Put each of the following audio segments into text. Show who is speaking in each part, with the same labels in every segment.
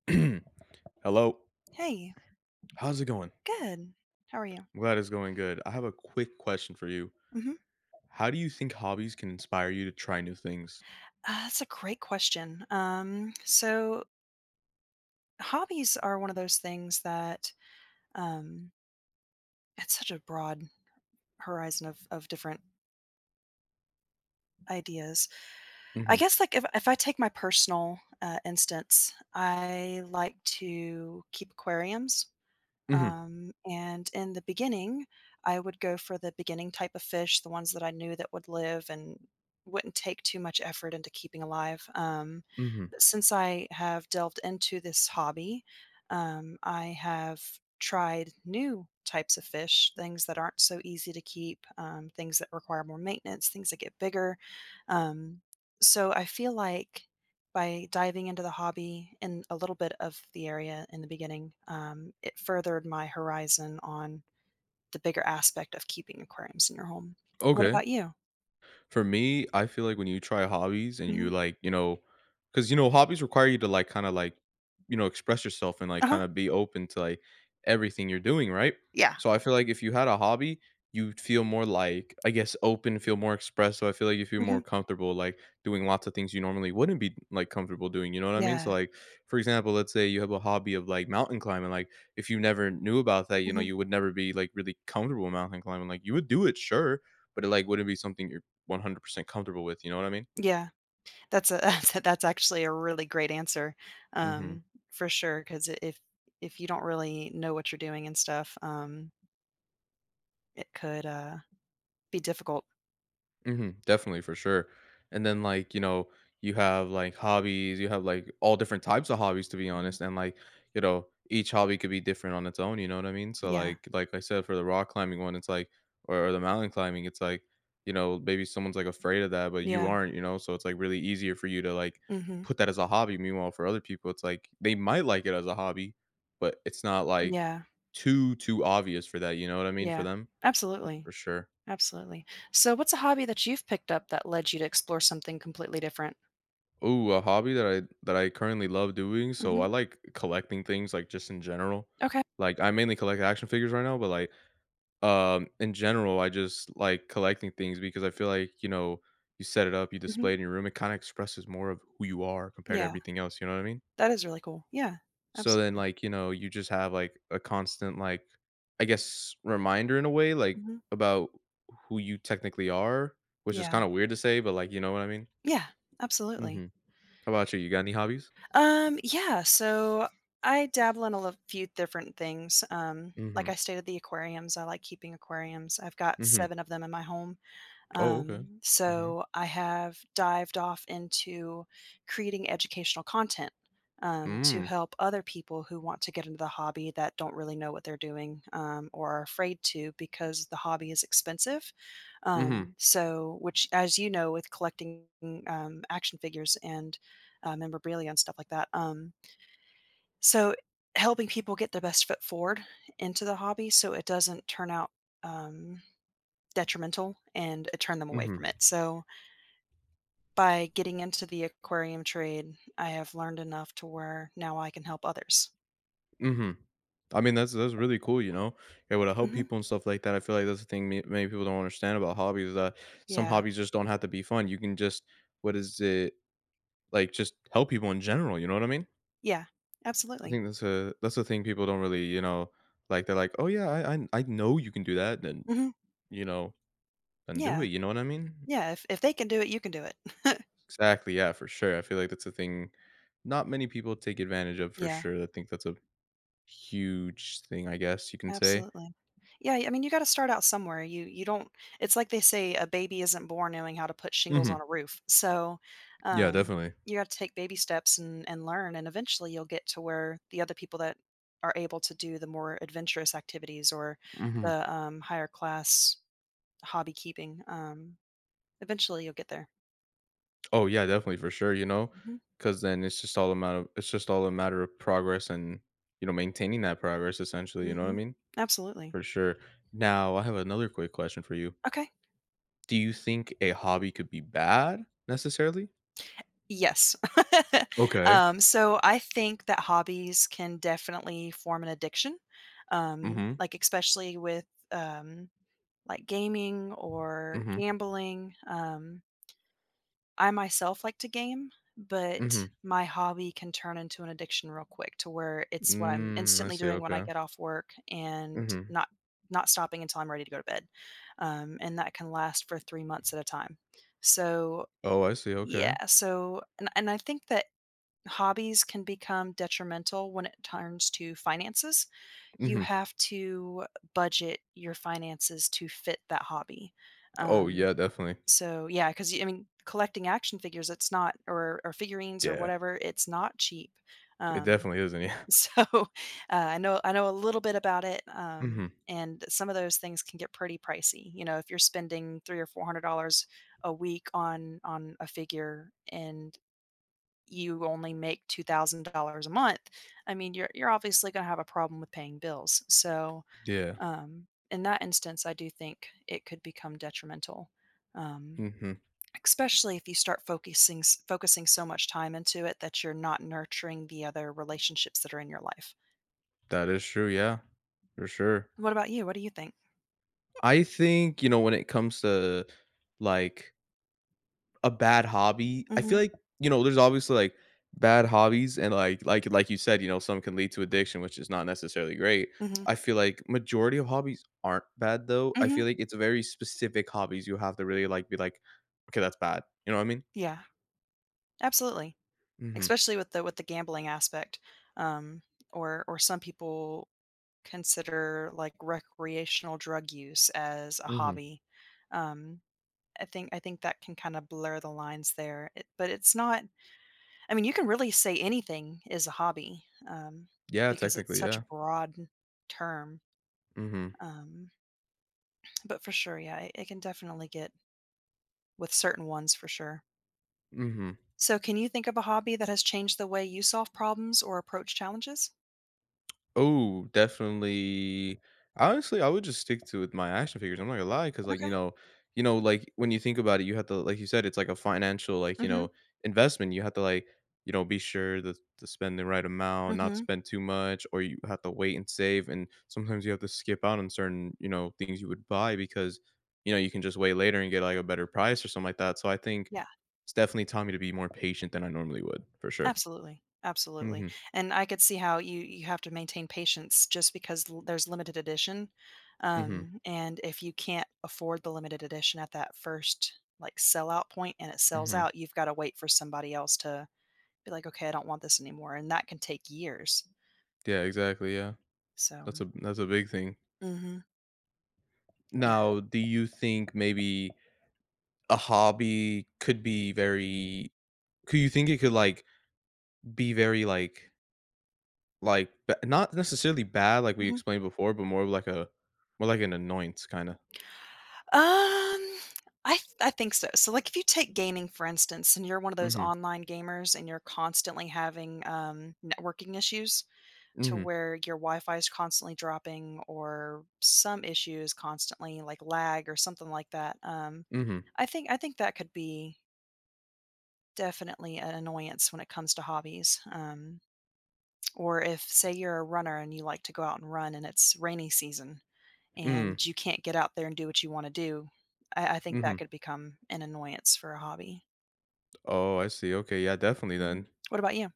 Speaker 1: Hello.
Speaker 2: Hey,
Speaker 1: How's it going?
Speaker 2: good. How are you?
Speaker 1: I'm glad it's going good. I have a quick question for you.
Speaker 2: hmm
Speaker 1: How do you think hobbies can inspire you to try new things?
Speaker 2: That's a great question. So hobbies are one of those things that um, it's such a broad horizon of different ideas. I
Speaker 1: Mhm.
Speaker 2: guess like if I take my personal instance, I like to keep aquariums.
Speaker 1: Mhm.
Speaker 2: And in the beginning, I would go for the beginning type of fish, the ones that I knew that would live and wouldn't take too much effort into keeping alive. Um,
Speaker 1: Mhm.
Speaker 2: but since I have delved into this hobby, I have tried new types of fish, things that aren't so easy to keep, things that require more maintenance, things that get bigger. Um, so I feel like by diving into the hobby and a little bit of the area in the beginning, it furthered my horizon on the bigger aspect of keeping aquariums in your home. What
Speaker 1: Okay.
Speaker 2: about you?
Speaker 1: For me, I feel like when you try hobbies and you
Speaker 2: Mhm.
Speaker 1: like, you know, because you know, hobbies require you to like kind of like, you know, express yourself and like
Speaker 2: Uh-huh.
Speaker 1: kind of be open to like everything you're doing, right?
Speaker 2: Yeah.
Speaker 1: So I feel like if you had a hobby, you'd feel more like, I guess, open, feel more expressive. I feel like you feel more
Speaker 2: Mhm.
Speaker 1: comfortable like doing lots of things you normally wouldn't be like comfortable doing. You know what I mean? So
Speaker 2: Yeah.
Speaker 1: like, for example, let's say you have a hobby of like mountain climbing, like if you never knew about that, you know,
Speaker 2: Mhm.
Speaker 1: you would never be like really comfortable mountain climbing. Like you would do it, sure, but it like wouldn't be something you're 100% comfortable with, you know what I mean?
Speaker 2: Yeah. That's a That's actually a really great answer,
Speaker 1: Mhm.
Speaker 2: um, for sure. Because if you don't really know what you're doing and stuff, it could, be difficult.
Speaker 1: Mhm. Definitely, for sure. And then, like, you know, you have, like, hobbies, you have, like, all different types of hobbies, to be
Speaker 2: Mhm.
Speaker 1: honest, and, like, you know, each hobby could be different on its own, you know what I mean? So,
Speaker 2: Yeah.
Speaker 1: like I said, for the rock climbing one, it's like or the mountain climbing, it's like, you know, maybe someone's, like, afraid of that, but you
Speaker 2: Yeah.
Speaker 1: aren't, you know? So it's, like, really easier for you to, like,
Speaker 2: Mhm.
Speaker 1: put that as a hobby. Meanwhile, for other people, it's like they might like it as a hobby, but it's not, like,
Speaker 2: Yeah.
Speaker 1: too obvious for that, you know what I mean, for
Speaker 2: Yeah.
Speaker 1: them?
Speaker 2: Absolutely.
Speaker 1: For sure.
Speaker 2: Absolutely. So, what's a hobby that you've picked up that led you to explore something completely different?
Speaker 1: Ooh, a hobby that I currently love doing. So I
Speaker 2: Mhm.
Speaker 1: like collecting things like just in general.
Speaker 2: Okay.
Speaker 1: Like I mainly collect action figures right now, but like in general, I just like collecting things because I feel like, you know, you set it up, you
Speaker 2: Mhm.
Speaker 1: display it in your room, it kind of expresses more of who you are compared to
Speaker 2: Yeah.
Speaker 1: everything else, you know what I mean?
Speaker 2: That is really cool. Yeah.
Speaker 1: So then
Speaker 2: Absolutely.
Speaker 1: like, you know, you just have like a constant like I guess reminder in a way like
Speaker 2: Mhm.
Speaker 1: about who you technically are, which is kind
Speaker 2: Yeah.
Speaker 1: of weird to say, but like, you know what I mean?
Speaker 2: Yeah. Absolutely.
Speaker 1: Mhm. How about you? You got any hobbies?
Speaker 2: Yeah. So, I dabble in a few different things. Like
Speaker 1: Mhm.
Speaker 2: I stated, the aquariums. I like keeping aquariums. I've got
Speaker 1: Mhm.
Speaker 2: seven of them in my home.
Speaker 1: Oh, okay.
Speaker 2: Um,
Speaker 1: Mhm.
Speaker 2: so I have dived off into creating educational content to
Speaker 1: Mm.
Speaker 2: help other people who want to get into the hobby that don't really know what they're doing or are afraid to because the hobby is expensive.
Speaker 1: Mhm.
Speaker 2: So, which, as you know, with collecting action figures and memorabilia and stuff like that. So, helping people get their best foot forward into the hobby so it doesn't turn out um, detrimental and turn them away
Speaker 1: Mhm.
Speaker 2: from it. So, by getting into the aquarium trade, I have learned enough to where now I can help others.
Speaker 1: Mhm. I mean, that's really cool, you know. It would help
Speaker 2: Mhm.
Speaker 1: people and stuff like that. I feel like that's the thing many people don't understand about hobbies is that some
Speaker 2: Yeah.
Speaker 1: hobbies just don't have to be fun. You can just what is it like? Just help people in general. You know what I mean?
Speaker 2: Yeah.
Speaker 1: I
Speaker 2: Absolutely.
Speaker 1: think that's a that's the thing people don't really you know like. They're like, oh yeah, I know you can do that. Then
Speaker 2: Mhm.
Speaker 1: you know, then do it.
Speaker 2: Yeah.
Speaker 1: You know what I mean?
Speaker 2: Yeah, if they can do it, you can do it.
Speaker 1: Exactly. Yeah, for sure. I feel like that's a thing not many people take advantage of for
Speaker 2: Yeah,
Speaker 1: sure. I think that's a huge thing, I guess you can say.
Speaker 2: absolutely. Yeah, I mean, you gotta start out somewhere. You don't, it's like they say, "A baby isn't born knowing how to put shingles on
Speaker 1: Mhm.
Speaker 2: a roof." So,
Speaker 1: Yeah,
Speaker 2: um,
Speaker 1: definitely.
Speaker 2: you gotta take baby steps and learn, and eventually you'll get to where the other people that are able to do the more adventurous activities or
Speaker 1: Mhm.
Speaker 2: the, higher class hobby keeping. Eventually you'll get there.
Speaker 1: Oh, yeah, definitely for sure, you know,
Speaker 2: Mhm,
Speaker 1: because then it's just all a matter of progress and, you know, maintaining that progress essentially, you know what I
Speaker 2: mhm.
Speaker 1: mean?
Speaker 2: Absolutely.
Speaker 1: For sure. Now, I have another quick question for you.
Speaker 2: Okay.
Speaker 1: Do you think a hobby could be bad necessarily?
Speaker 2: Yes.
Speaker 1: Okay.
Speaker 2: So I think that hobbies can definitely form an addiction,
Speaker 1: Mhm.
Speaker 2: like, especially with, um, like, gaming or
Speaker 1: Mhm.
Speaker 2: gambling. I myself like to game, but
Speaker 1: Mhm.
Speaker 2: my hobby can turn into an addiction real quick to where it's what I'm
Speaker 1: Mm, I
Speaker 2: instantly
Speaker 1: see,
Speaker 2: doing when I
Speaker 1: okay.
Speaker 2: get off work and
Speaker 1: Mhm.
Speaker 2: not not stopping until I'm ready to go to bed. And that can last for 3 months at a time. So,
Speaker 1: Oh, I see, okay.
Speaker 2: yeah, so and I think that hobbies can become detrimental when it turns to finances. You
Speaker 1: Mhm.
Speaker 2: have to budget your finances to fit that hobby.
Speaker 1: Oh,
Speaker 2: Um,
Speaker 1: yeah, definitely.
Speaker 2: so yeah, because I mean, collecting action figures, it's not or or figurines or
Speaker 1: Yeah.
Speaker 2: whatever, it's not cheap.
Speaker 1: It
Speaker 2: Um,
Speaker 1: definitely isn't, yeah.
Speaker 2: so I know a little bit about it,
Speaker 1: Mhm.
Speaker 2: and some of those things can get pretty pricey. You know, if you're spending three or four hundred dollars a week on a figure and you only make $2,000 a month, I mean, you're obviously going to have a problem with paying bills. So
Speaker 1: Yeah.
Speaker 2: in that instance, I do think it could become detrimental. Um,
Speaker 1: Mhm.
Speaker 2: Especially if you start focusing so much time into it that you're not nurturing the other relationships that are in your life.
Speaker 1: That is true, yeah, for sure.
Speaker 2: What about you? What do you think?
Speaker 1: I think, you know, when it comes to, like, a bad hobby, I feel
Speaker 2: Mhm,
Speaker 1: like, you know, there's obviously, like, bad hobbies and, like like you said, you know, some can lead to addiction, which is not necessarily great. I
Speaker 2: mhm,
Speaker 1: feel like majority of hobbies aren't bad, though. I
Speaker 2: mhm.
Speaker 1: feel like it's very specific hobbies you have to really, like, be like, "Okay, that's bad." You know what I mean?
Speaker 2: Yeah, absolutely.
Speaker 1: Mhm,
Speaker 2: Especially with the gambling aspect, um, or some people consider, like, recreational drug use as a
Speaker 1: mhm.
Speaker 2: hobby. Um, I think that can kinda blur the lines there, it but it's not, I mean, you can really say anything is a hobby,
Speaker 1: Yeah,
Speaker 2: because it's
Speaker 1: technically,
Speaker 2: such a
Speaker 1: yeah.
Speaker 2: broad term.
Speaker 1: Mhm,
Speaker 2: Um, but for sure, yeah, it can definitely get with certain ones for sure.
Speaker 1: mhm.
Speaker 2: So, can you think of a hobby that has changed the way you solve problems or approach challenges?
Speaker 1: Oh, definitely. Honestly, I would just stick to with my action figures. I'm not gonna lie, because like
Speaker 2: Okay.
Speaker 1: you know, like when you think about it, you have to, like you said, it's like a financial, like you
Speaker 2: Mm-hmm.
Speaker 1: know, investment. You have to like, you know, be sure to spend the right amount, not
Speaker 2: Mm-hmm.
Speaker 1: spend too much, or you have to wait and save. And sometimes you have to skip out on certain, you know, things you would buy because, you know, you can just wait later and get like a better price or something like that. So I think
Speaker 2: Yeah.
Speaker 1: it's definitely taught me to be more patient than I normally would, for sure.
Speaker 2: Absolutely, absolutely,
Speaker 1: Mm-hmm.
Speaker 2: and I could see how you have to maintain patience just because l there's limited edition,
Speaker 1: Mm-hmm.
Speaker 2: and if you can't afford the limited edition at that first, like, sellout point and it sells
Speaker 1: Mm-hmm.
Speaker 2: out, you've gotta wait for somebody else to be like, "Okay, I don't want this anymore," and that can take years,
Speaker 1: Yeah. Exactly. Yeah.
Speaker 2: so
Speaker 1: That's a big thing.
Speaker 2: Mhm, yeah,
Speaker 1: Now, do you think maybe a hobby could be very could you think it could like be very like not necessarily bad like we
Speaker 2: mhm.
Speaker 1: explained before, but more of like a more like an annoyance kind of.
Speaker 2: Um, I think so, so, like, if you take gaming, for instance, and you're one of those
Speaker 1: Mhm.
Speaker 2: online gamers and you're constantly having, networking issues to
Speaker 1: Mhm.
Speaker 2: where your Wi-Fi is constantly dropping or some issues constantly like lag or something like that.
Speaker 1: Mhm.
Speaker 2: I think that could be definitely an annoyance when it comes to hobbies. Or if say you're a runner and you like to go out and run and it's rainy season
Speaker 1: Hmm.
Speaker 2: and you can't get out there and do what you want to do, I think that
Speaker 1: Mhm.
Speaker 2: could become an annoyance for a hobby.
Speaker 1: Oh, I see. Okay, yeah, definitely
Speaker 2: Mhm.
Speaker 1: then.
Speaker 2: What about you?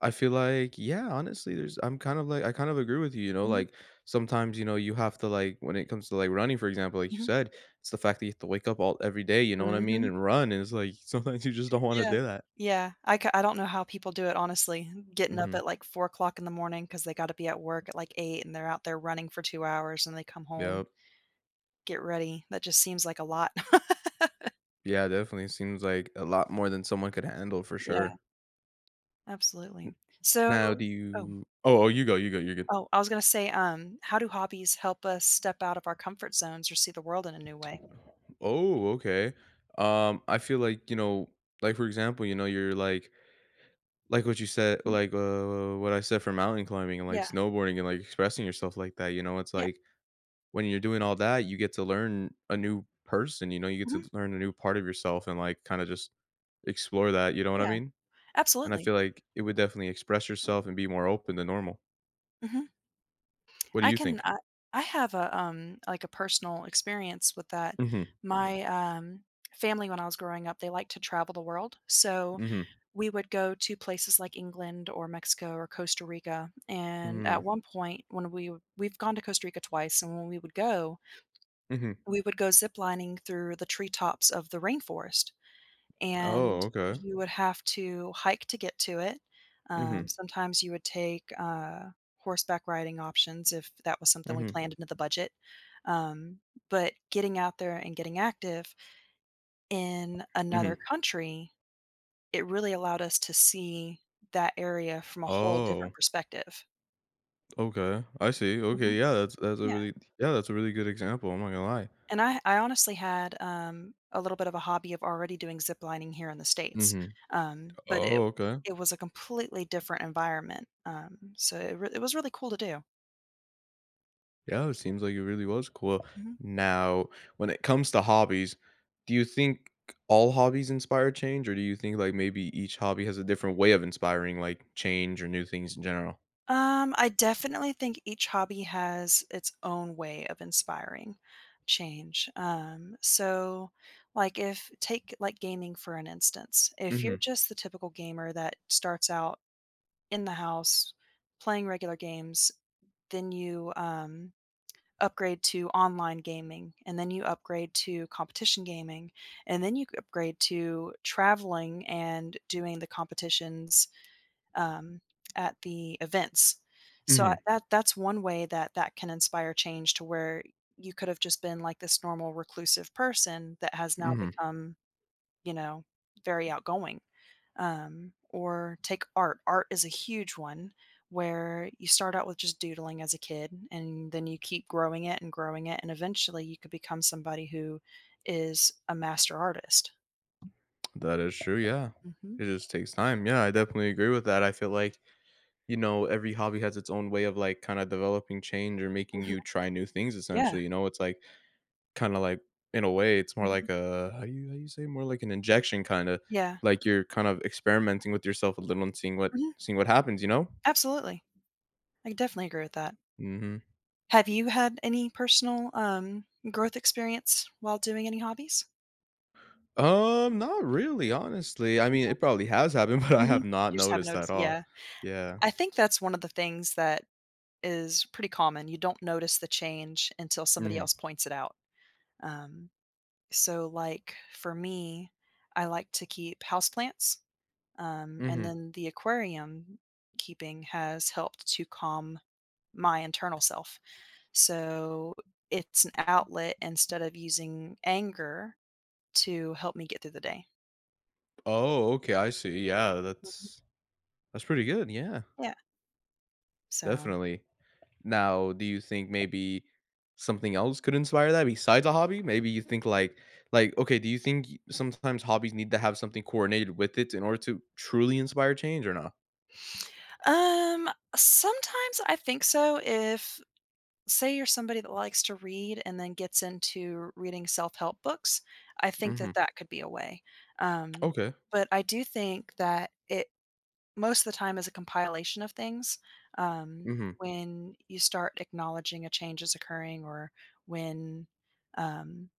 Speaker 1: I feel like, yeah, honestly, there's I'm kind of like I kind of agree with you, you know,
Speaker 2: Hmm.
Speaker 1: like sometimes, you know, you have to like when it comes to like running, for example, like you
Speaker 2: Hmm.
Speaker 1: said, it's the fact that you have to wake up all every day, you know what I mean,
Speaker 2: Hmm.
Speaker 1: and run. And it's like sometimes you just don't want to
Speaker 2: Yeah.
Speaker 1: do that.
Speaker 2: Yeah. I don't know how people do it, honestly. Getting up
Speaker 1: Mm-hmm.
Speaker 2: at, like, 4 o'clock in the morning because they gotta be at work at, like, 8, and they're out there running for 2 hours, and they come home,
Speaker 1: Yep.
Speaker 2: get ready. That just seems like a lot.
Speaker 1: Yeah, definitely. Seems like a lot more than someone could handle for
Speaker 2: Yeah,
Speaker 1: sure. N-
Speaker 2: absolutely. So
Speaker 1: Now do
Speaker 2: oh,
Speaker 1: you oh, oh you go, you're good.
Speaker 2: oh, I was gonna say, how do hobbies help us step out of our comfort zones or see the world in a new way?
Speaker 1: Oh, okay. I feel like, you know, like for example, you know, you're like what you said
Speaker 2: Mm,
Speaker 1: like, what I said for mountain climbing and, like,
Speaker 2: yeah,
Speaker 1: snowboarding and, like, expressing yourself like that, you know, it's
Speaker 2: yeah,
Speaker 1: like, when you're doing all that, you get to learn a new person, you know, you get to
Speaker 2: mhm,
Speaker 1: learn a new part of yourself and, like, kinda just explore that, you know what I
Speaker 2: yeah,
Speaker 1: mean? And I
Speaker 2: absolutely.
Speaker 1: feel like it would definitely express yourself and be more open than normal.
Speaker 2: Mhm.
Speaker 1: What do
Speaker 2: I
Speaker 1: you
Speaker 2: can
Speaker 1: think?
Speaker 2: I, I have a like a personal experience with that.
Speaker 1: Mhm,
Speaker 2: My family when I was growing up, they liked to travel the world. So
Speaker 1: mhm,
Speaker 2: we would go to places like England or Mexico or Costa Rica. And
Speaker 1: mhm,
Speaker 2: at one point when we've gone to Costa Rica twice and when
Speaker 1: mhm.
Speaker 2: we would go ziplining through the treetops of the rainforest and
Speaker 1: Oh, okay.
Speaker 2: you would have to hike to get to it.
Speaker 1: Mhm,
Speaker 2: Sometimes you would take, horseback riding options if that was something we
Speaker 1: mhm,
Speaker 2: planned into the budget. Um, but getting out there and getting active in another
Speaker 1: mhm.
Speaker 2: country, it really allowed us to see that area from a whole
Speaker 1: Oh,
Speaker 2: different perspective.
Speaker 1: okay. I see,
Speaker 2: Mhm.
Speaker 1: okay, yeah, that's a really yeah, that's a really good example, I'm not gonna lie.
Speaker 2: And I honestly had, a little bit of a hobby of already doing zip lining here in the States,
Speaker 1: Mhm.
Speaker 2: but
Speaker 1: Oh, okay.
Speaker 2: it was a completely different environment, so it was really cool to do.
Speaker 1: Yeah, it seems like it really was cool.
Speaker 2: Mhm.
Speaker 1: Now, when it comes to hobbies, do you think all hobbies inspire change, or do you think like maybe each hobby has a different way of inspiring like change or new things in general?
Speaker 2: I definitely think each hobby has its own way of inspiring change, so, like, if take, like, gaming for an instance, if
Speaker 1: Mhm.
Speaker 2: you're just the typical gamer that starts out in the house playing regular games, then you, upgrade to online gaming, and then you upgrade to competition gaming, and then you upgrade to traveling and doing the competitions um, at the events. So I-
Speaker 1: Mhm.
Speaker 2: that that's one way that that can inspire change to where you could have just been like this normal reclusive person that has now
Speaker 1: Mhm.
Speaker 2: become, you know, very outgoing, or take art. Art is a huge one where you start out with just doodling as a kid and then you keep growing it. And eventually you could become somebody who is a master artist.
Speaker 1: That is true, yeah.
Speaker 2: Hmm.
Speaker 1: It just takes time. Yeah, I
Speaker 2: Yeah.
Speaker 1: definitely agree with that. I feel like, you know, every hobby has its own way of like kind of developing change or making
Speaker 2: Mhm.
Speaker 1: you try new things
Speaker 2: Yeah.
Speaker 1: essentially. You know, it's like kinda like in a way, it's more
Speaker 2: Mhm.
Speaker 1: like a how you say? More like an injection kinda,
Speaker 2: Yeah.
Speaker 1: like you're kind of experimenting with yourself a little and seeing what
Speaker 2: Mhm.
Speaker 1: seeing what happens, you know?
Speaker 2: Absolutely. I definitely agree with that.
Speaker 1: Mhm.
Speaker 2: Have you had any personal growth experience while doing any hobbies?
Speaker 1: Not really, honestly. I mean, it probably has happened, but I
Speaker 2: Okay. Mhm.
Speaker 1: have not
Speaker 2: You just haven't
Speaker 1: noticed at
Speaker 2: noticed.
Speaker 1: all.
Speaker 2: Yeah.
Speaker 1: Yeah.
Speaker 2: I think that's one of the things that is pretty common. You don't notice the change until somebody
Speaker 1: Mhm.
Speaker 2: else points it out. Um, so, like for me, I like to keep houseplants, and
Speaker 1: Mhm.
Speaker 2: then the aquarium keeping has helped to calm my internal self. So it's an outlet instead of using anger to help me get through the day.
Speaker 1: Oh, okay, I see, yeah,
Speaker 2: Mhm.
Speaker 1: that's pretty good, yeah,
Speaker 2: Yeah. So,
Speaker 1: definitely. Now, do you think maybe something else could inspire that besides a hobby? Maybe you think like okay, do you think sometimes hobbies need to have something coordinated with it in order to truly inspire change or not?
Speaker 2: sometimes I think so if say you're somebody that likes to read and then gets into reading self-help books, I think
Speaker 1: Mhm.
Speaker 2: that that could be a way. Um,
Speaker 1: Okay.
Speaker 2: but I do think that it most of the time is a compilation of things. Um,
Speaker 1: Mhm.
Speaker 2: when you start acknowledging a change is occurring, or when um,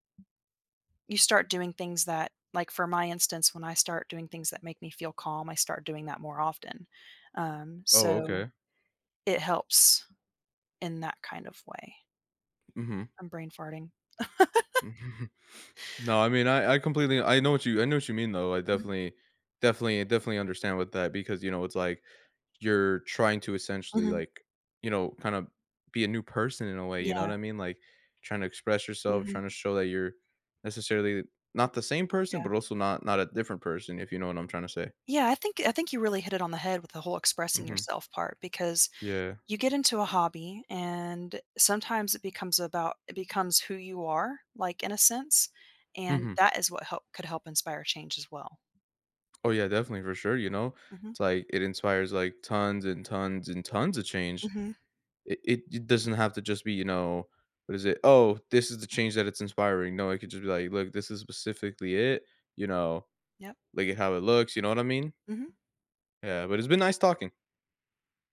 Speaker 2: you start doing things that, like for my instance, when I start doing things that make me feel calm, I start doing that more often. Um,
Speaker 1: Oh,
Speaker 2: so
Speaker 1: okay.
Speaker 2: it helps in that kind of way.
Speaker 1: Mhm.
Speaker 2: I'm brain farting.
Speaker 1: No, I mean I completely I know what you mean though. I definitely definitely understand with that because you know it's like you're trying to essentially
Speaker 2: Mhm.
Speaker 1: like, you know, kind of be a new person in a way, you know what
Speaker 2: Yeah.
Speaker 1: I mean? Like trying to express yourself,
Speaker 2: Mhm.
Speaker 1: trying to show that you're necessarily not the same person,
Speaker 2: Yeah.
Speaker 1: but also not a different person, if you know what I'm trying to say.
Speaker 2: Yeah, I think you really hit it on the head with the whole expressing
Speaker 1: Hmm.
Speaker 2: yourself part because
Speaker 1: Yeah.
Speaker 2: you get into a hobby and sometimes it becomes who you are, like, in a sense, and
Speaker 1: Hmm.
Speaker 2: that is what help could help inspire change as well.
Speaker 1: Oh yeah, definitely for sure. You know,
Speaker 2: Mhm.
Speaker 1: it's like it inspires like tons of change.
Speaker 2: Mhm.
Speaker 1: It doesn't have to just be you know what is it? Oh, this is the change that it's inspiring. No, it could just be like, look, this is specifically it. You know,
Speaker 2: Yep.
Speaker 1: look at how it looks. You know what I mean?
Speaker 2: Mhm.
Speaker 1: Yeah, but it's been nice talking.